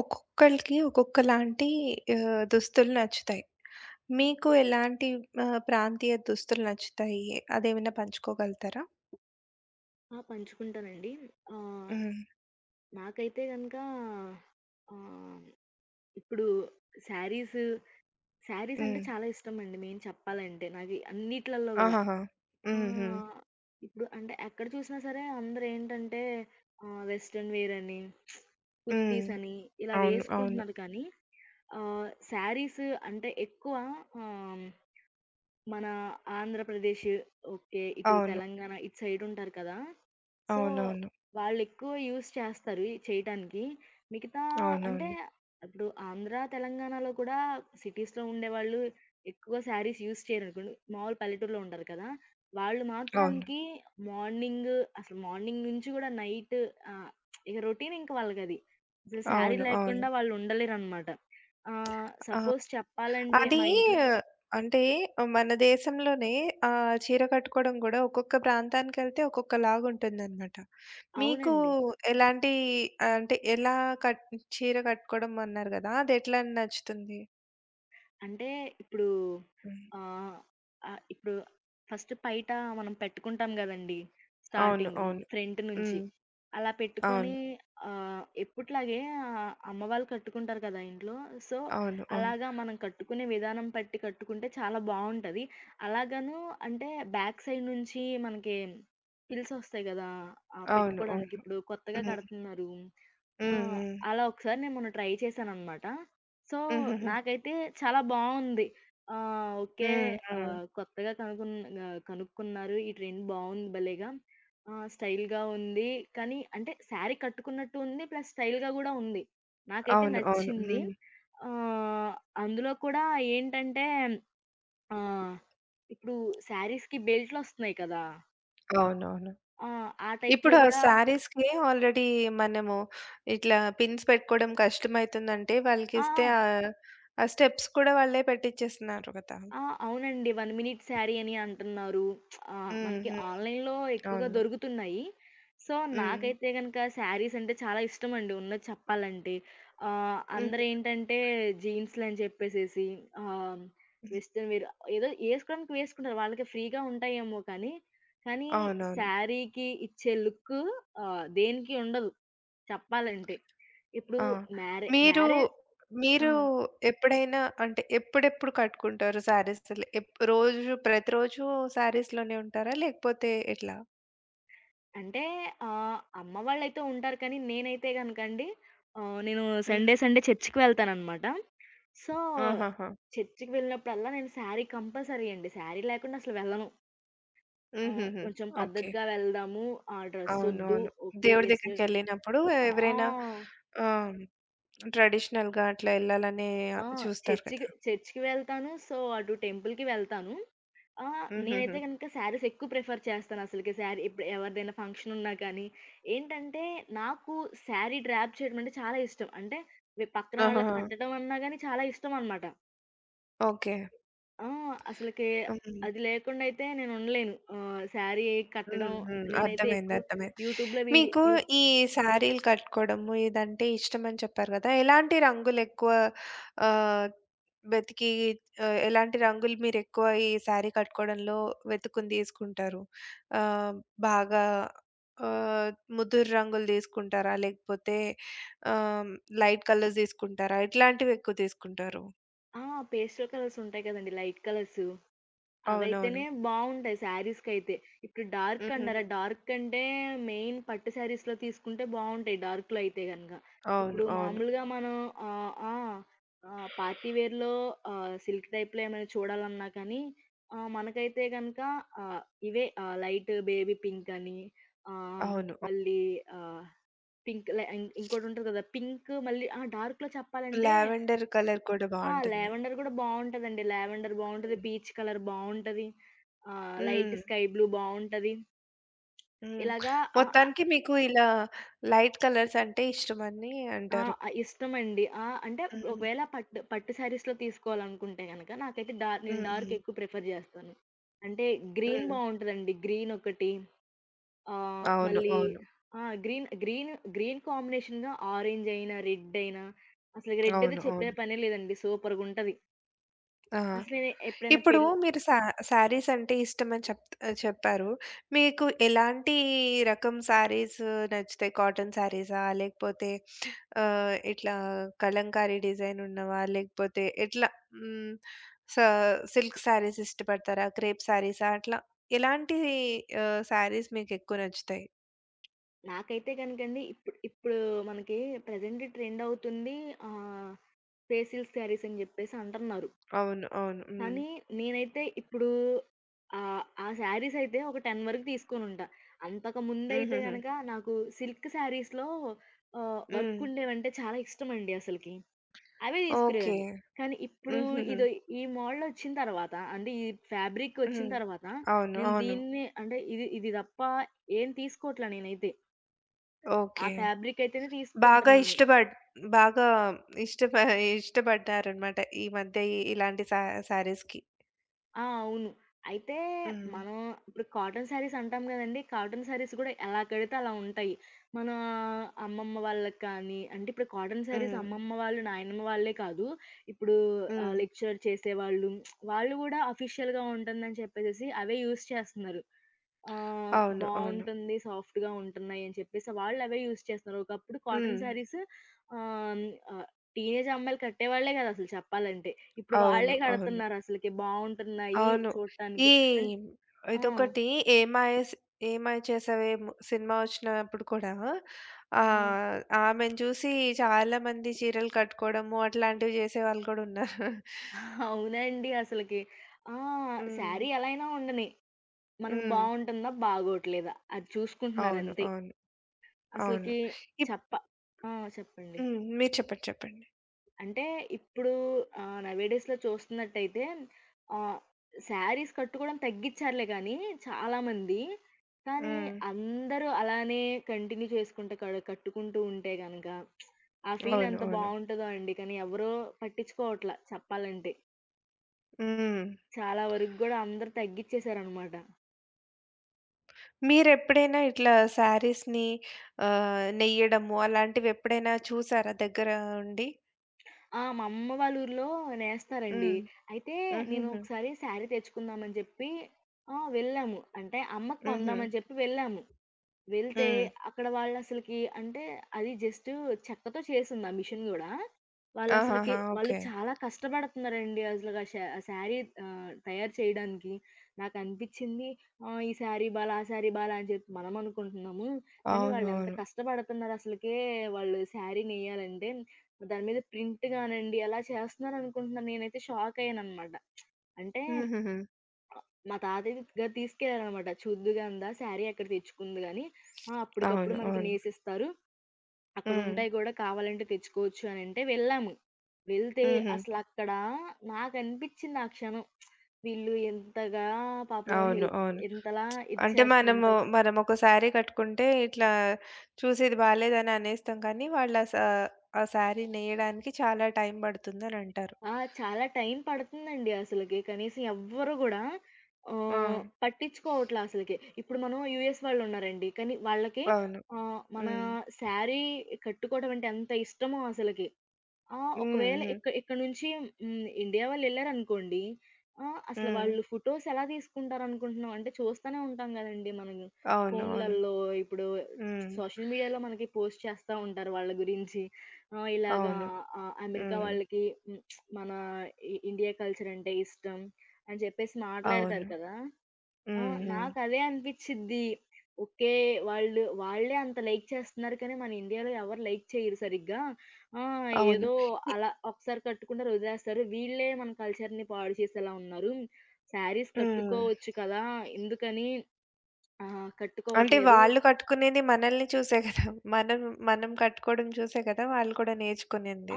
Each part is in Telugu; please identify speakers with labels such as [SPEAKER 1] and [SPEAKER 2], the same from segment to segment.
[SPEAKER 1] ఒక్కొక్కళ్ళకి ఒక్కొక్కలాంటి దుస్తులు నచ్చుతాయి. మీకు ఎలాంటి ప్రాంతీయ దుస్తులు నచ్చుతాయి? అదేమైనా పంచుకోగలుగుతారా?
[SPEAKER 2] ఆ! పంచుకుంటానండి. ఆహ్,
[SPEAKER 1] హ్మ్.
[SPEAKER 2] నాకైతే గనక ఆహ్, ఇప్పుడు శారీస్, శారీస్ అంటే
[SPEAKER 1] హ్మ్.
[SPEAKER 2] చాలా ఇష్టమండి మెయిన్ చెప్పాలంటే. నాకి అన్నిట్లల్లో గూడా.
[SPEAKER 1] ఆహాహా! హ్మ్. హ్మ్.
[SPEAKER 2] ఆహ్, ఇప్పుడు అంటే ఎక్కడ చూసినా సరే అందరేంటంటే వెస్టర్న్ వేర్ అని,
[SPEAKER 1] హ్మ్.
[SPEAKER 2] కుర్తీస్ అని ఇలా
[SPEAKER 1] అవును. అవును.
[SPEAKER 2] వేసుకుంటున్నారు కానీ శారీస్ అంటే ఎక్కువ ఆహ్, మన ఆంధ్రప్రదేశ్ ఓకే. ఇటు
[SPEAKER 1] అవును.
[SPEAKER 2] తెలంగాణ ఇటు సైడ్ ఉంటారు కదా! సో,
[SPEAKER 1] అవునవును.
[SPEAKER 2] వాళ్ళెక్కువ యూజ్ చేస్తారు ఇయి చేయటానికి. మిగతా అంటే,
[SPEAKER 1] అవునవును.
[SPEAKER 2] ఇప్పుడు ఆంధ్ర, తెలంగాణలో కూడా సిటీస్‌లో ఉండేవాళ్ళు ఎక్కువ శారీస్ యూజ్ చేయరనుకోండి. మామూలు పల్లెటూరులో ఉంటారు కదా! వాళ్ళు
[SPEAKER 1] అవును.
[SPEAKER 2] మాత్రానికి మార్నింగ్ అసలు మార్నింగ్ నుంచి గూడా నైట్ ఆహ్, ఇక రొటీన్ ఇంక వాళ్ళకది. అసలు శారీ
[SPEAKER 1] అవును. అవును.
[SPEAKER 2] లేకుండా వాళ్ళు ఉండలేరనమాట.
[SPEAKER 1] ఆ!
[SPEAKER 2] సపోజ్ చెప్పాలంటే
[SPEAKER 1] అదీ
[SPEAKER 2] మా ఇంట్లో
[SPEAKER 1] అంటే మన దేశంలోనే చీర కట్టుకోవడం గూడా ఒక్కొక్క ప్రాంతానికెళ్తే ఒక్కొక్కలాగుంటుందనమాట. మీకు
[SPEAKER 2] అవునండి.
[SPEAKER 1] ఎలాంటి అంటే ఎలా కట్ చీర కట్టుకోవడం అన్నారు గదా! అదెట్లా నచ్చుతుంది?
[SPEAKER 2] అంటే ఇప్పుడు
[SPEAKER 1] హ్మ్.
[SPEAKER 2] ఆహ్, ఆహ్, ఇప్పుడు ఫస్ట్ పైట మనం పెట్టుకుంటాం గదండీ!
[SPEAKER 1] అవును.
[SPEAKER 2] స్టార్టింగ్
[SPEAKER 1] అవును.
[SPEAKER 2] ఫ్రంట్ నుంచి.
[SPEAKER 1] హ్మ్.
[SPEAKER 2] అలా పెట్టుకొని
[SPEAKER 1] అవును.
[SPEAKER 2] ఎప్పట్లాగే అమ్మవాళ్ళు కట్టుకుంటారు కదా ఇంట్లో. సో,
[SPEAKER 1] అవును. అవును.
[SPEAKER 2] అలాగా మనం కట్టుకునే విధానం బట్టి కట్టుకుంటే చాలా బావుంటది. అలాగను అంటే బ్యాక్ సైడ్ నుంచి మనకి పిల్సొస్తాయి గదా! ఆహ్,
[SPEAKER 1] అవును.
[SPEAKER 2] పెట్టుకోవడానికి
[SPEAKER 1] అవును.
[SPEAKER 2] ఇప్పుడు కొత్తగా
[SPEAKER 1] హ్మ్.
[SPEAKER 2] కడుతున్నారు. ఆ!
[SPEAKER 1] హ్మ్. హ్మ్.
[SPEAKER 2] అలా ఒకసారి నేను మొన్న ట్రై చేశాననమాట. సో,
[SPEAKER 1] హుహుహు.
[SPEAKER 2] నాకైతే చాలా బావుంది. ఆహ్, ఓకే.
[SPEAKER 1] హ్మ్. హ్మ్.
[SPEAKER 2] కొత్తగా కనుక్కున్నారు. ఈ ట్రెండ్ బావుంది భలేగా. స్టైల్‌గా ఉంది. కానీ అంటే శారీ కట్టుకున్నట్టు ఉంది. ప్లస్ స్టైల్‌గా గూడా ఉంది. నాకైతే
[SPEAKER 1] అవును. అవును.
[SPEAKER 2] నచ్చింది.
[SPEAKER 1] హ్మ్.
[SPEAKER 2] ఆహ్, అందులో కూడా ఏంటంటే ఆహ్, ఇప్పుడు శారీస్‌కి బెల్ట్‌లొస్తున్నాయి కదా!
[SPEAKER 1] అవునవును.
[SPEAKER 2] ఆ! ఆ టైప్‌లో
[SPEAKER 1] ఇప్పుడు ఆ
[SPEAKER 2] గూడా
[SPEAKER 1] శారీస్‌కి ఆల్రెడీ మనము ఇట్లా పిన్స్ పెట్టుకోవడం కష్టమైతుందంటే
[SPEAKER 2] ఆ!
[SPEAKER 1] వాళ్ళకిస్తే
[SPEAKER 2] ఆ!
[SPEAKER 1] ఆ స్టెప్స్ కూడా వాళ్ళే పెట్టిచ్చేస్తున్నారు కదా!
[SPEAKER 2] ఆ! అవునండి. 1 మినిట్ శారీ అని అంటున్నారు. ఆ!
[SPEAKER 1] హ్మ్.
[SPEAKER 2] మనకి
[SPEAKER 1] హ్మ్.
[SPEAKER 2] ఆన్‌లైన్‌లో ఎక్కువగా
[SPEAKER 1] అవును.
[SPEAKER 2] దొరుకుతున్నాయి. సో,
[SPEAKER 1] హ్మ్.
[SPEAKER 2] నాకైతే గనక శారీస్ అంటే చాలా ఇష్టమండి ఉన్నది చెప్పాలంటే.
[SPEAKER 1] హుహు.
[SPEAKER 2] అందరేంటంటే జీన్స్‌లని చెప్పేసేసి ఆహ్,
[SPEAKER 1] హ్మ్.
[SPEAKER 2] వెస్టర్న్ వేర్ ఏదో ఏసుకోవడానికి వేసుకుంటారు. వాళ్ళకి ఫ్రీగా ఉంటాయేమో కానీ
[SPEAKER 1] అవునవును.
[SPEAKER 2] శారీకి ఇచ్చే లుక్ దేనికి ఉండదు చెప్పాలంటే. ఇప్పుడు
[SPEAKER 1] ఆ!
[SPEAKER 2] మ్యారే
[SPEAKER 1] మీరు,
[SPEAKER 2] మ్యారే ఆ!
[SPEAKER 1] మీరు ఎప్పుడైనా అంటే ఎప్పుడెప్పుడు కట్టుకుంటారు శారీస్? అసలు రోజు ప్రతిరోజు శారీస్‌లోనే ఉంటారా? లేకపోతే ఎట్లా?
[SPEAKER 2] అంటే అమ్మ వాళ్ళైతే ఉంటారు. కానీ నేనైతే గనకండి నేను
[SPEAKER 1] హ్మ్.
[SPEAKER 2] సండే చర్చికి వెళ్తాననమాట. సో,
[SPEAKER 1] ఆహాహా!
[SPEAKER 2] చర్చికి వెళ్ళినప్పుడల్లా నేను శారీ కంపల్సరీ అండి. శారీ లేకుండా అసలు వెళ్ళను.
[SPEAKER 1] హుహుహు.
[SPEAKER 2] కొంచెం
[SPEAKER 1] ఓకే.
[SPEAKER 2] పద్ధతిగా వెళ్దాము. ఆ డ్రెస్సొద్దు.
[SPEAKER 1] అవునవును.
[SPEAKER 2] ఓకే.
[SPEAKER 1] దేవుడి
[SPEAKER 2] వెస్టర్న్
[SPEAKER 1] దగ్గరికెళ్ళినప్పుడు
[SPEAKER 2] ఆ! ఆ!
[SPEAKER 1] ఎవరైనా ఆ! ట్రెడిషనల్‌గా అట్లా ఎళ్ళాలనే
[SPEAKER 2] ఆ!
[SPEAKER 1] చూస్తారు కదా!
[SPEAKER 2] చర్చికి చర్చికి వెళ్తాను. సో, అటు టెంపుల్‌కి వెళ్తాను. ఆ!
[SPEAKER 1] హుహుహు.
[SPEAKER 2] నేనైతే గనక శారీస్ ఎక్కువ ప్రిఫర్ చేస్తానసలకి. శారీ ఇప్పుడు ఎవరిదైనా ఫంక్షన్ ఉన్నా కానీ, ఏంటంటే నాకు శారీ డ్రాప్ చేయడం అంటే చాలా ఇష్టం. అంటే వి పక్కన వాళ్ళకి
[SPEAKER 1] ఆహాహా!
[SPEAKER 2] కట్టడం అన్నా గానీ చాలా ఇష్టం అనమాట.
[SPEAKER 1] ఓకే.
[SPEAKER 2] ఆ! అసలకి
[SPEAKER 1] హ్మ్.
[SPEAKER 2] అది లేకుండా అయితే నేను ఉండలేను. ఆహ్, శారీ కట్టడం
[SPEAKER 1] హ్మ్. హ్మ్.
[SPEAKER 2] నేనైతే
[SPEAKER 1] అర్థమైంది.
[SPEAKER 2] ఎక్కువ
[SPEAKER 1] అర్థమైంది.
[SPEAKER 2] యూట్యూబ్‌లో వీడి
[SPEAKER 1] మీకు
[SPEAKER 2] యూ
[SPEAKER 1] ఈ శారీలు కట్టుకోవడము ఇదంటే ఇష్టమని చెప్పారు కదా! ఎలాంటి రంగులు ఎక్కువ ఆహ్, వెతికి ఎలాంటి రంగులు మీరెక్కువ ఈ శారీ కట్టుకోవడంలో వెతుకుని తీసుకుంటారు? ఆహ్, బాగా ఆహ్, ముదురు రంగులు తీసుకుంటారా? లేకపోతే ఆహ్, లైట్ కలర్స్ తీసుకుంటారా? ఎట్లాంటివి ఎక్కువ తీసుకుంటారు?
[SPEAKER 2] ఆ! పేస్టల్ కలర్స్ ఉంటాయి కదండీ! Light colours.
[SPEAKER 1] అవునవును.
[SPEAKER 2] అవైతేనే బావుంటాయి శారీస్‌కైతే. ఇప్పుడు డార్క్ అంటారా?
[SPEAKER 1] హుహుహు.
[SPEAKER 2] డార్క్ అంటే మెయిన్ పట్టు శారీస్‌లో తీసుకుంటే బావుంటాయి డార్క్‌లో అయితే గనక.
[SPEAKER 1] అవును.
[SPEAKER 2] ఇప్పుడు
[SPEAKER 1] అవును.
[SPEAKER 2] మామూలుగా మనం ఆ! పార్టీ వేర్‌లో సిల్క్ టైప్‌లో ఏమైనా చూడాలన్నా కానీ మనకైతే గనక ఆహ్, ఇవే లైట్ బేబీ పింక్ అని ఆహ్,
[SPEAKER 1] అవును.
[SPEAKER 2] మళ్ళీ ఆహ్, పింక్ లై ఇం ఇంకోటుంటది కదా! పింక్ మళ్ళీ ఆ! డార్క్‌లో చెప్పాలంటే
[SPEAKER 1] లావెండర్ కలర్ కూడా
[SPEAKER 2] ఆ!
[SPEAKER 1] బావుంటుంది.
[SPEAKER 2] లావెండర్ గూడా బావుంటదండి. లావెండర్ బావుంటది.
[SPEAKER 1] హ్మ్.
[SPEAKER 2] పీచ్ కలర్ బావుంటది. లైట్
[SPEAKER 1] హ్మ్.
[SPEAKER 2] స్కై బ్లూ బావుంటది.
[SPEAKER 1] హ్మ్.
[SPEAKER 2] ఇలాగా ఆహ్,
[SPEAKER 1] మొత్తానికి మీకు ఇలా లైట్ కలర్స్ అంటే ఇష్టమని అంటారు.
[SPEAKER 2] ఆహ్, ఆ! ఇష్టమండి. ఆ! అంటే
[SPEAKER 1] హ్మ్.
[SPEAKER 2] ఒకవేళ పట్టు పట్టు శారీస్‌లో తీసుకోవాలనుకుంటే గనక నాకైతే డార్క్ నేను
[SPEAKER 1] హుహు.
[SPEAKER 2] డార్క్ ఎక్కువ ప్రిఫర్ జేస్తాను. అంటే గ్రీన్
[SPEAKER 1] హ్మ్.
[SPEAKER 2] బావుంటదండి. గ్రీన్ ఒకటి
[SPEAKER 1] అవును.
[SPEAKER 2] మళ్ళీ
[SPEAKER 1] అవును.
[SPEAKER 2] ఆ! గ్రీన్, గ్రీన్, గ్రీన్ కాంబినేషన్‌గా ఆరెంజ్ అయినా, రెడ్ అయినా అసలు రెడ్ అయితే
[SPEAKER 1] అవును.
[SPEAKER 2] చెప్పే
[SPEAKER 1] అవును.
[SPEAKER 2] పనే లేదండి. సూపర్‌గుంటది.
[SPEAKER 1] ఆ!
[SPEAKER 2] అసలు నేను ఎప్పుడైనా
[SPEAKER 1] ఇప్పుడు
[SPEAKER 2] పెళ్
[SPEAKER 1] మీరు శారీస్ అంటే ఇష్టమని చెప్పారు. మీకు ఎలాంటి రకం శారీస్ నచ్చుతాయి? కాటన్ శారీసా? లేకపోతే ఇట్లా కలంకారీ డిజైన్ ఉన్నవా? లేకపోతే ఎట్లా హ్మ్. స సిల్క్ సారీస్ ఇష్టపడతారా? క్రేప్ సారీసా? అట్లా ఎలాంటి సారీస్ మీకెక్కువ నచ్చుతాయి?
[SPEAKER 2] నాకైతే గనుకండి ఇప్పుడు ఇప్పుడు మనకి ప్రెజెంట్ ట్రెండ్ అవుతుంది. ఆహ్, పేసిల్ శారీస్ అని జెప్పేసి అంటన్నారు.
[SPEAKER 1] అవును. అవును. హ్మ్.
[SPEAKER 2] కానీ నేనైతే ఇప్పుడు ఆ శారీస్ అయితే ఒక 10 వరకు తీసుకోనుంటా. అంతకుముందయితే
[SPEAKER 1] హుహుహు.
[SPEAKER 2] గనక నాకు సిల్క్ శారీస్‌లో వర్క్
[SPEAKER 1] హ్మ్.
[SPEAKER 2] ఉండేవంటే చాలా ఇష్టమండి అసలకి. అవే
[SPEAKER 1] ఓకే.
[SPEAKER 2] తీసుకునేదాన్ని. కానీ ఇప్పుడు
[SPEAKER 1] హుహుహు.
[SPEAKER 2] ఇదో ఈ మోడలొచ్చిన తర్వాత అంటే ఈ ఫ్యాబ్రిక్ ఒచ్చిన
[SPEAKER 1] హ్మ్.
[SPEAKER 2] తర్వాత
[SPEAKER 1] అవును.
[SPEAKER 2] నేను
[SPEAKER 1] అవును.
[SPEAKER 2] దీన్ని అంటే ఇది ఇది తప్ప ఏం తీసుకోవట్లా నేనైతే. ఆ
[SPEAKER 1] ఓకే.
[SPEAKER 2] ఫ్యాబ్రిక్ అయితేనే
[SPEAKER 1] బాగా
[SPEAKER 2] తీసుకుంటున్నాను.
[SPEAKER 1] ఇష్టపడ్ బాగా ఇష్టప ఇష్టపడ్డారనమాట ఈ మధ్య ఇలాంటి సారీస్‌కి.
[SPEAKER 2] ఆ! అవును. అయితే
[SPEAKER 1] హ్మ్.
[SPEAKER 2] మనం ఇప్పుడు కాటన్ శారీస్ అంటాం గదండీ! కాటన్ శారీస్ గూడా ఎలా కడితే అలా ఉంటాయి. మన అమ్మమ్మ వాళ్ళకి కానీ, అంటే ఇప్పుడు కాటన్ శారీస్
[SPEAKER 1] హ్మ్.
[SPEAKER 2] అమ్మమ్మ వాళ్ళు, నాయనమ్మ వాళ్ళే కాదు. ఇప్పుడు
[SPEAKER 1] హ్మ్.
[SPEAKER 2] లెక్చర్ చేసేవాళ్ళు వాళ్ళు గూడా అఫీషియల్‌గా ఉంటుందని చెప్పేసేసి అవే యూజ్ చేస్తున్నారు. ఆహ్,
[SPEAKER 1] అవును. అవును.
[SPEAKER 2] బావుంటుంది, సాఫ్ట్‌గా ఉంటున్నాయి అని చెప్పేసి వాళ్ళు అవే యూజ్ చేస్తున్నారు. ఒకప్పుడు కాటన్
[SPEAKER 1] హ్మ్.
[SPEAKER 2] శారీస్ ఆహ్, ఆహ్, టీనేజ్ అమ్మాయిలు కట్టేవాళ్ళే గాదు అసలు చెప్పాలంటే. ఇప్పుడు వాళ్ళే
[SPEAKER 1] అవును. అవును.
[SPEAKER 2] కడుతున్నారసలకి. బావుంటున్నాయి
[SPEAKER 1] అవును. ఈ
[SPEAKER 2] చూడటానికి. అన్ ఆ!
[SPEAKER 1] ఇదొకటి 'ఏమాయ స్ ఏమాయ చేసావే' ము సినిమా ఒచ్చినప్పుడు కూడా
[SPEAKER 2] ఆ!
[SPEAKER 1] ఆహ్, ఆమెను చూసి చాలామంది చీరలు కట్టుకోవడము అట్లాంటివి చేసేవాళ్ళు గూడా ఉన్నారు.
[SPEAKER 2] అవునండి అసలకి. ఆ!
[SPEAKER 1] హ్మ్.
[SPEAKER 2] శారీ ఎలా అయినా ఉండని. మనకు
[SPEAKER 1] హ్మ్.
[SPEAKER 2] బావుంటుందా? బాగోట్లేదా? అది
[SPEAKER 1] అవును.
[SPEAKER 2] చూసుకుంటున్నారంతే.
[SPEAKER 1] అవును. అవును.
[SPEAKER 2] అసలకి
[SPEAKER 1] ఇప్
[SPEAKER 2] చెప్ప ఆ! చెప్పండి.
[SPEAKER 1] హ్మ్. మీరు చెప్పండి. చెప్పండి.
[SPEAKER 2] అంటే ఇప్పుడు నౌ ఏ డేస్‌లో చూస్తున్నట్టయితే ఆహ్, శారీస్ కట్టుకోవడం తగ్గిచ్చారులే గానీ చాలామంది. కానీ
[SPEAKER 1] హ్మ్.
[SPEAKER 2] అందరూ అలానే కంటిన్యూ చేసుకుంటే కడు కట్టుకుంటూ ఉంటే గనక ఆ ఫీల్
[SPEAKER 1] అవును.
[SPEAKER 2] ఎంత
[SPEAKER 1] అవును.
[SPEAKER 2] బావుంటదో అండి. కానీ ఎవరూ పట్టించుకోవట్ల చెప్పాలంటే.
[SPEAKER 1] హ్మ్.
[SPEAKER 2] చాలా వరకు గూడా అందరూ తగ్గిచ్చేసారనమాట.
[SPEAKER 1] మీరెప్పుడైనా ఇట్లా శారీస్‌ని నెయ్యడము అలాంటివెప్పుడైనా చూసారా దగ్గర ఉండి?
[SPEAKER 2] ఆ! మా అమ్మ వాళ్ళ ఊర్లో నేస్తారండి.
[SPEAKER 1] హ్మ్.
[SPEAKER 2] అయితే నేను
[SPEAKER 1] హుహుహు.
[SPEAKER 2] ఒకసారి శారీ తెచ్చుకుందామని చెప్పి ఆ! వెళ్ళాము. అంటే అమ్మకి
[SPEAKER 1] హుహు.
[SPEAKER 2] కొందామని చెప్పి వెళ్ళాము. వెళ్తే
[SPEAKER 1] హ్మ్.
[SPEAKER 2] అక్కడ వాళ్ళసలకి అంటే అది జస్ట్ చెక్కతో చేసుంది ఆ మిషన్ గూడా. వాళ్ళసలకి
[SPEAKER 1] ఆహాహా!
[SPEAKER 2] వాళ్ళు
[SPEAKER 1] ఓకే.
[SPEAKER 2] చాలా కష్టపడుతున్నారండి అసలుగా ఆ శారీ తయారు చేయడానికి. నాకనిపిచ్చింది ఈ శారీ బాలా, ఆ శారీ బాలా అని చెప్పి మనం అనుకుంటున్నాము. కానీ
[SPEAKER 1] అవును.
[SPEAKER 2] వాళ్ళెంత
[SPEAKER 1] అవును.
[SPEAKER 2] కష్టపడుతున్నారసలకే వాళ్ళు శారీ నెయ్యాలంటే. దాని మీద ప్రింట్ గానండి అలా చేస్తున్నారనుకుంటున్నాను. నేనైతే షాకయ్యాననమాట. అంటే
[SPEAKER 1] హుహుహు.
[SPEAKER 2] మా తాతయ్య గ తీసుకెళ్లారనమాట. "చూద్దుగానిదా శారీ ఎక్కడ తెచ్చుకుంది గాని, ఆ! అప్పటికప్పుడు
[SPEAKER 1] అవును.
[SPEAKER 2] మనకి
[SPEAKER 1] అవును.
[SPEAKER 2] నేసిస్తారు.
[SPEAKER 1] హ్మ్.
[SPEAKER 2] అక్కడుంటాయి గూడా కావాలంటే తెచ్చుకోవచ్చు" అనంటే వెళ్ళాము. వెళ్తే
[SPEAKER 1] హుహు.
[SPEAKER 2] అసలక్కడ నాకనిపిచ్చింది ఆ క్షణం. వీళ్ళు ఎంతగా పాపం
[SPEAKER 1] అవును.
[SPEAKER 2] హెల్ప్
[SPEAKER 1] అవును.
[SPEAKER 2] ఎంతలా ఇది
[SPEAKER 1] అంటే
[SPEAKER 2] చేస్తంతో
[SPEAKER 1] మనమొక శారీ కట్టుకుంటే ఇట్లా చూసి ఇది బాలేదని అనేస్తాం కానీ వాళ్ళా సా ఆ శారీ నేయడానికి చాలా టైం పడుతుందనంటారు.
[SPEAKER 2] ఆ! చాలా టైం పడుతుందండి అసలకి. కనీసం ఎవ్వరు గూడా
[SPEAKER 1] ఆ!
[SPEAKER 2] పట్టించుకోవట్లా అసలకి. ఇప్పుడు మనం యూఎస్ వాళ్ళున్నారండి. కానీ వాళ్ళకి
[SPEAKER 1] అవును.
[SPEAKER 2] మన
[SPEAKER 1] హ్మ్.
[SPEAKER 2] శారీ కట్టుకోవడం అంటే ఎంత ఇష్టమో అసలకి. ఆ!
[SPEAKER 1] హ్మ్.
[SPEAKER 2] ఒకవేళ
[SPEAKER 1] హ్మ్.
[SPEAKER 2] ఇక్కడి నుంచి హ్మ్. ఇండియా వాళ్ళెళ్లారనుకోండి. ఆ! అసలు
[SPEAKER 1] హ్మ్.
[SPEAKER 2] వాళ్ళు ఫోటోస్ ఎలా తీసుకుంటారనుకుంటున్నావు? అంటే చూస్తూనే ఉంటాం గదండీ మనం
[SPEAKER 1] అవును. అవును.
[SPEAKER 2] ఫోన్‌లల్లో. ఇప్పుడు
[SPEAKER 1] హ్మ్.
[SPEAKER 2] సోషల్ మీడియాలో మనకి పోస్ట్ చేస్తా ఉంటారు వాళ్ళ గురించి. ఆ! ఇలాగా
[SPEAKER 1] అవును.
[SPEAKER 2] అమెరికా
[SPEAKER 1] హ్మ్.
[SPEAKER 2] వాళ్ళకి హ్మ్. మన ఇండియా కల్చర్ అంటే ఇష్టం అని చెప్పేసి మాట్లాడతారు
[SPEAKER 1] అవును.
[SPEAKER 2] కదా! ఆ!
[SPEAKER 1] హ్మ్. హ్మ్.
[SPEAKER 2] నాకదే అనిపిచ్చిద్ది. ఓకే. వాళ్ళు వాళ్ళే అంత లైక్ చేస్తున్నారు కానీ, మన ఇండియాలో ఎవరు లైక్ చేయరు సరిగ్గా. ఆ!
[SPEAKER 1] అవును.
[SPEAKER 2] ఏదో
[SPEAKER 1] ఇ
[SPEAKER 2] అలా ఒకసారి కట్టుకుంటారు, వదిలేస్తారు. వీళ్ళే మన కల్చర్‌ని పాడు చేసేలా ఉన్నారు. శారీస్
[SPEAKER 1] హ్మ్.
[SPEAKER 2] కట్టుకోవచ్చు కదా! ఎందుకని
[SPEAKER 1] అంటే
[SPEAKER 2] కట్టుకోవట్లేదు.
[SPEAKER 1] వాళ్ళు కట్టుకునేది మనల్ని చూసే కదా! మనం మనం కట్టుకోవడం చూసే కదా! వాళ్ళు కూడా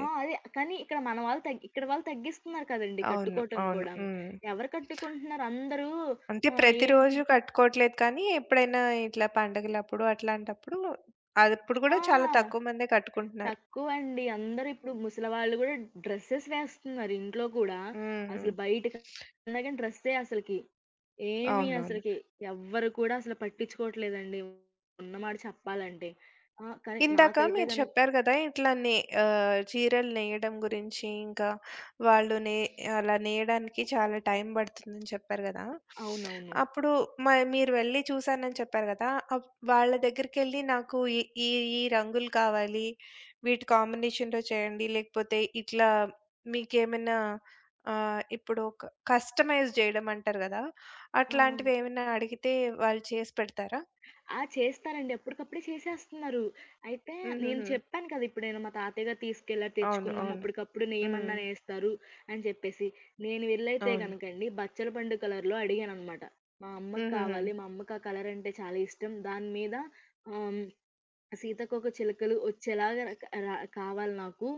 [SPEAKER 2] ఆ! అదే కానీ ఇక్కడ వాళ్ళు తగ్గిస్తున్నారు కదండీ
[SPEAKER 1] అవును.
[SPEAKER 2] కట్టుకోవటం
[SPEAKER 1] అవును.
[SPEAKER 2] కూడా.
[SPEAKER 1] హ్మ్.
[SPEAKER 2] ఎవరు కట్టుకుంటున్నారు అందరూ
[SPEAKER 1] అంటే
[SPEAKER 2] ఏంటి
[SPEAKER 1] ప్రతిరోజు కట్టుకోవట్లేదు కానీ, ఎప్పుడైనా ఇట్లా పండగలప్పుడు అట్లాంటప్పుడు అప్పుడు కూడా
[SPEAKER 2] ఆ!
[SPEAKER 1] చాలా తక్కువ మందే కట్టుకుంటున్నారు.
[SPEAKER 2] తక్కువండి. అందరిప్పుడు ముసలివాళ్ళు గూడా డ్రెసెస్ వేస్తున్నారు ఇంట్లో కూడా.
[SPEAKER 1] హ్మ్.
[SPEAKER 2] అసలు బయటకన్నా గాని డ్రెస్సే అసలకి. ఏమి
[SPEAKER 1] అవునవును.
[SPEAKER 2] అసలకి ఎవ్వరు కూడా అసలు పట్టించుకోవట్లేదండి. ఉన్నమాట చెప్పాలంటే. ఆ! కానీ
[SPEAKER 1] ఇందాక
[SPEAKER 2] నాకైతే
[SPEAKER 1] మీరు
[SPEAKER 2] గనక
[SPEAKER 1] చెప్పారు గదా! చీరలు నేయడం గురించి, ఇంకా వాళ్ళు నే అలా నేయడానికి చాలా టైం పడుతుందని చెప్పారు గదా!
[SPEAKER 2] అవునవును.
[SPEAKER 1] అప్పుడు మ మీరు వెళ్లి చూసానని చెప్పారు గదా! వాళ్ళ దగ్గరికెళ్లి నాకు ఈ ఈ ఈ రంగులు కావాలి, వీటి కాంబినేషన్‌లో చేయండి, లేకపోతే ఇట్లా మీకేమైనా ఇప్పుడు ఒక కస్టమైజ్ జేయడం అంటారు గదా!
[SPEAKER 2] ఆ!
[SPEAKER 1] అట్లాంటివి ఏమైనా అడిగితే వాళ్ళు చేసి పెడతారా?
[SPEAKER 2] ఆ! చేస్తారండి. అప్పటికప్పుడే చేసేస్తున్నారు. అయితే నేను
[SPEAKER 1] హుహుహు.
[SPEAKER 2] చెప్పాను కదా! ఇప్పుడు నేను మా తాతయ్య గారు తీసుకెళ్లారు
[SPEAKER 1] అవును.
[SPEAKER 2] తెచ్చుకుందాం.
[SPEAKER 1] అవును.
[SPEAKER 2] అప్పటికప్పుడు నేమన్నా
[SPEAKER 1] హ్మ్.
[SPEAKER 2] నేస్తారు అని చెప్పేసి. నేను వీళ్ళైతే
[SPEAKER 1] అవును.
[SPEAKER 2] గనకండి బచ్చల పండు కలర్‌లో అడిగాననమాట. మా అమ్మకి
[SPEAKER 1] హుహుహు.
[SPEAKER 2] కావాలి. మా అమ్మకి ఆ కలర్ అంటే చాలా ఇష్టం. దాని మీద ఆహ్, సీతాకోకచిలుకలు వచ్చేలాగా నాకు రా కావాలి నాకు.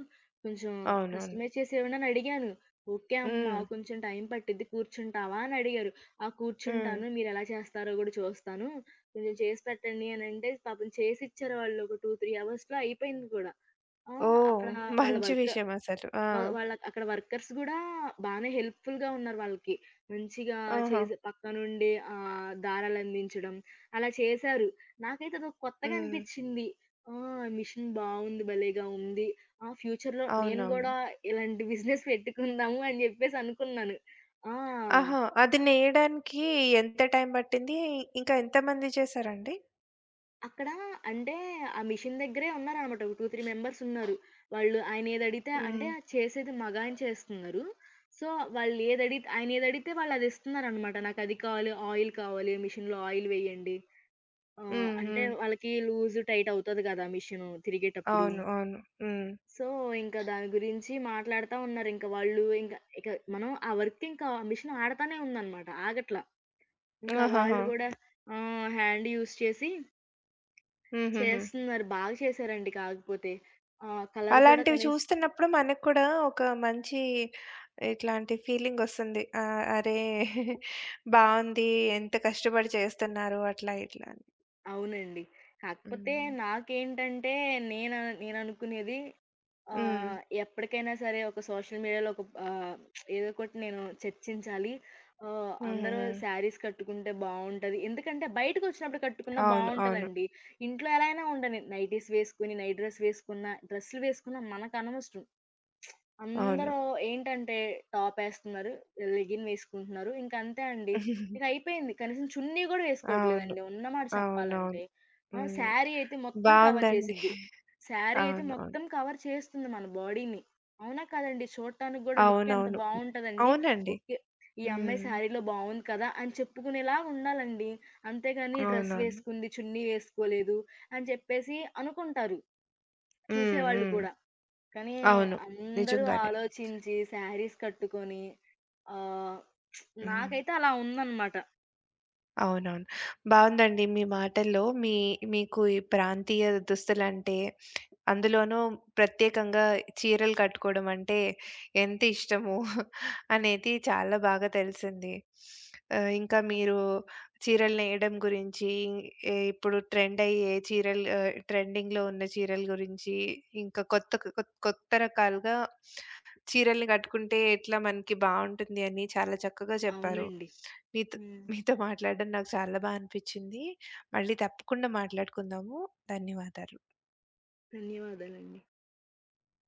[SPEAKER 2] కొంచెం
[SPEAKER 1] అవునవును.
[SPEAKER 2] కస్టమైజ్ చేసేవ్వండి అని అడిగాను. ఓకే అమ్మా!
[SPEAKER 1] హ్మ్.
[SPEAKER 2] కొంచెం టైం పట్టిద్ది కూర్చుంటావా అని అడిగారు. ఆ!
[SPEAKER 1] హ్మ్.
[SPEAKER 2] కూర్చుంటాను. మీరెలా చేస్తారో గూడా చూస్తాను. కొంచెం చేసి పెట్టండి అని అంటే పాపం చేసిచ్చారు వాళ్ళు ఒక 2, 3 అవర్స్‌లో అయిపోయింది కూడా. ఆ!
[SPEAKER 1] ఓహ్!
[SPEAKER 2] అక్కడ వాళ్ళ
[SPEAKER 1] మంచి
[SPEAKER 2] వర్క్
[SPEAKER 1] విషయం అసలు. ఆ!
[SPEAKER 2] వాళ్ళ అక్కడ వర్కర్స్ గూడా బానే హెల్ప్‌ఫుల్‌గా ఉన్నారు వాళ్ళకి. మంచిగా
[SPEAKER 1] ఆహా!
[SPEAKER 2] చేసి పక్కనుండి దారాలందించడం అలా చేశారు. నాకైతే అదొక కొత్తగా
[SPEAKER 1] హ్మ్.
[SPEAKER 2] అనిపిచ్చింది. ఆ! మిషన్ బావుంది, భలేగా ఉంది. ఆ! ఫ్యూచర్‌లో నేను
[SPEAKER 1] అవునవును.
[SPEAKER 2] గూడా ఇలాంటి బిజినెస్ పెట్టుకుందాము అని జెప్పేసి అనుకున్నాను. ఆ!
[SPEAKER 1] ఆహా! అది నేయడానికి ఎంత టైం పట్టింది? ఇంకా ఎంతమంది చేసారండి?
[SPEAKER 2] అక్కడ అంటే ఆ మిషన్ దగ్గరే ఉన్నారనమాట. ఒక 2, 3 మెంబర్స్ ఉన్నారు. వాళ్ళు ఆయన ఏదడిగితే అంటే
[SPEAKER 1] హ్మ్.
[SPEAKER 2] ఆ చేసేది మగాయన చేస్తున్నారు. సో, వాళ్ళు ఏదడిగితే ఆయన ఏదడిగితే వాళ్ళు అది ఇస్తున్నారనమాట. నాకది కావాలి, ఆయిల్ కావాలి, మిషన్‌లో ఆయిల్ వేయండి.
[SPEAKER 1] హ్మ్.
[SPEAKER 2] అంటే
[SPEAKER 1] హ్మ్.
[SPEAKER 2] వాళ్ళకి లూజ్, టైట్ అవుతది గదా! మిషను తిరిగేటప్పుడు.
[SPEAKER 1] అవును. అవును. హ్మ్.
[SPEAKER 2] సో, ఇంకా దాని గురించి మాట్లాడతా ఉన్నారు. ఇంకా వాళ్ళు ఇంక ఇక మనం ఆ వర్క్ ఇంకా మిషన్ ఆడతానే ఉందనమాట. ఆగట్లా. ఇంకా
[SPEAKER 1] ఆహాహా!
[SPEAKER 2] వాళ్ళు గూడా హ్యాండ్ యూజ్ చేసి
[SPEAKER 1] హుహుహు.
[SPEAKER 2] చేస్తున్నారు. బాగా చేశారండి కాకపోతే. కలర్ కూడా
[SPEAKER 1] అలాంటివి
[SPEAKER 2] కనీసం
[SPEAKER 1] చూస్తున్నప్పుడు మనకు కూడా ఒక మంచి ఇట్లాంటి ఫీలింగ్ వస్తుంది. అరే! బావుంది. ఎంత కష్టపడి చేస్తున్నారు అట్లా ఇట్లా అని.
[SPEAKER 2] అవునండి. కాకపోతే
[SPEAKER 1] హ్మ్.
[SPEAKER 2] నాకేంటంటే నేను నేననుకునేది
[SPEAKER 1] హ్మ్.
[SPEAKER 2] ఎప్పటికైనా సరే ఒక సోషల్ మీడియాలో ఒక ఆహ్, ఏదో ఒకటి నేను చర్చించాలి. అందరూ
[SPEAKER 1] హుహుహు.
[SPEAKER 2] శారీస్ కట్టుకుంటే బావుంటది. ఎందుకంటే బయటకొచ్చినప్పుడు కట్టుకున్నా
[SPEAKER 1] అవును. అవును.
[SPEAKER 2] బావుంటదండి. ఇంట్లో ఎలా అయినా ఉండని నైటీస్ వేసుకొని, నైట్ డ్రెస్ వేసుకున్న, డ్రెస్సులు వేసుకున్న మనకనవసరం.
[SPEAKER 1] అవును.
[SPEAKER 2] అందరూ ఏంటంటే టాపేస్తున్నారు, లెగిన్ వేసుకుంటున్నారు. ఇంకంతే అండి. ఇకయిపోయింది. కనీసం చున్నీ గూడా
[SPEAKER 1] అవును.
[SPEAKER 2] వేసుకోవట్లేదండి ఉన్న మాట
[SPEAKER 1] అవునవును.
[SPEAKER 2] చెప్పాలంటే. ఆ!
[SPEAKER 1] హ్మ్.
[SPEAKER 2] శారీ అయితే మొత్తం కవర్
[SPEAKER 1] బావుందండి.
[SPEAKER 2] చేసిద్ది. శారీ అయితే
[SPEAKER 1] అవును. అవును.
[SPEAKER 2] మొత్తం కవర్ చేస్తుంది మన బాడీని. అవునా కాదండి? చూడటానికి గూడా లుక్ ఎంత
[SPEAKER 1] అవునవును.
[SPEAKER 2] బావుంటదండి.
[SPEAKER 1] అవునండి.
[SPEAKER 2] ఓకే. ఈ అమ్మాయి
[SPEAKER 1] హ్మ్.
[SPEAKER 2] శారీలో బావుంది కదా! అని చెప్పుకునేలాగా ఉండాలండి. అంతేగాని డ్రెస్
[SPEAKER 1] అవునవును.
[SPEAKER 2] వేసుకుంది, చున్నీ వేసుకోలేదు అని చెప్పేసి అనుకుంటారు
[SPEAKER 1] హ్మ్.
[SPEAKER 2] చూసేవాళ్ళు
[SPEAKER 1] హ్మ్.
[SPEAKER 2] కూడా. కానీ
[SPEAKER 1] అవును.
[SPEAKER 2] అందరూ
[SPEAKER 1] నిజంగానే.
[SPEAKER 2] ఆలోచించి శారీస్ కట్టుకొని ఆహ్,
[SPEAKER 1] హ్మ్.
[SPEAKER 2] నాకైతే అలా ఉందనమాట.
[SPEAKER 1] అవునవును. బావుందండి మీ మాటల్లో మీ మీకు ఈ ప్రాంతీయ దుస్తులంటే, అందులోనూ ప్రత్యేకంగా చీరలు కట్టుకోవడం అంటే ఎంత ఇష్టమో అనేది చాలా బాగా తెలిసింది. ఇంకా మీరు చీరలు నేయడం గురించి, ఇప్పుడు ట్రెండ్ అయ్యే చీరలు ట్రెండింగ్‌లో ఉన్న చీరల గురించి, ఇంకా కొత్త రకాలుగా చీరల్ని కట్టుకుంటే ఎట్లా మనకి బావుంటుంది అని చాలా చక్కగా చెప్పారు.
[SPEAKER 2] అవునండి.
[SPEAKER 1] మీతో
[SPEAKER 2] హ్మ్.
[SPEAKER 1] మీతో మాట్లాడడం నాకు చాలా అనిపిచ్చింది. మళ్ళీ తప్పకుండా మాట్లాడుకుందాము. ధన్యవాదాలు.
[SPEAKER 2] ధన్యవాదాలండి.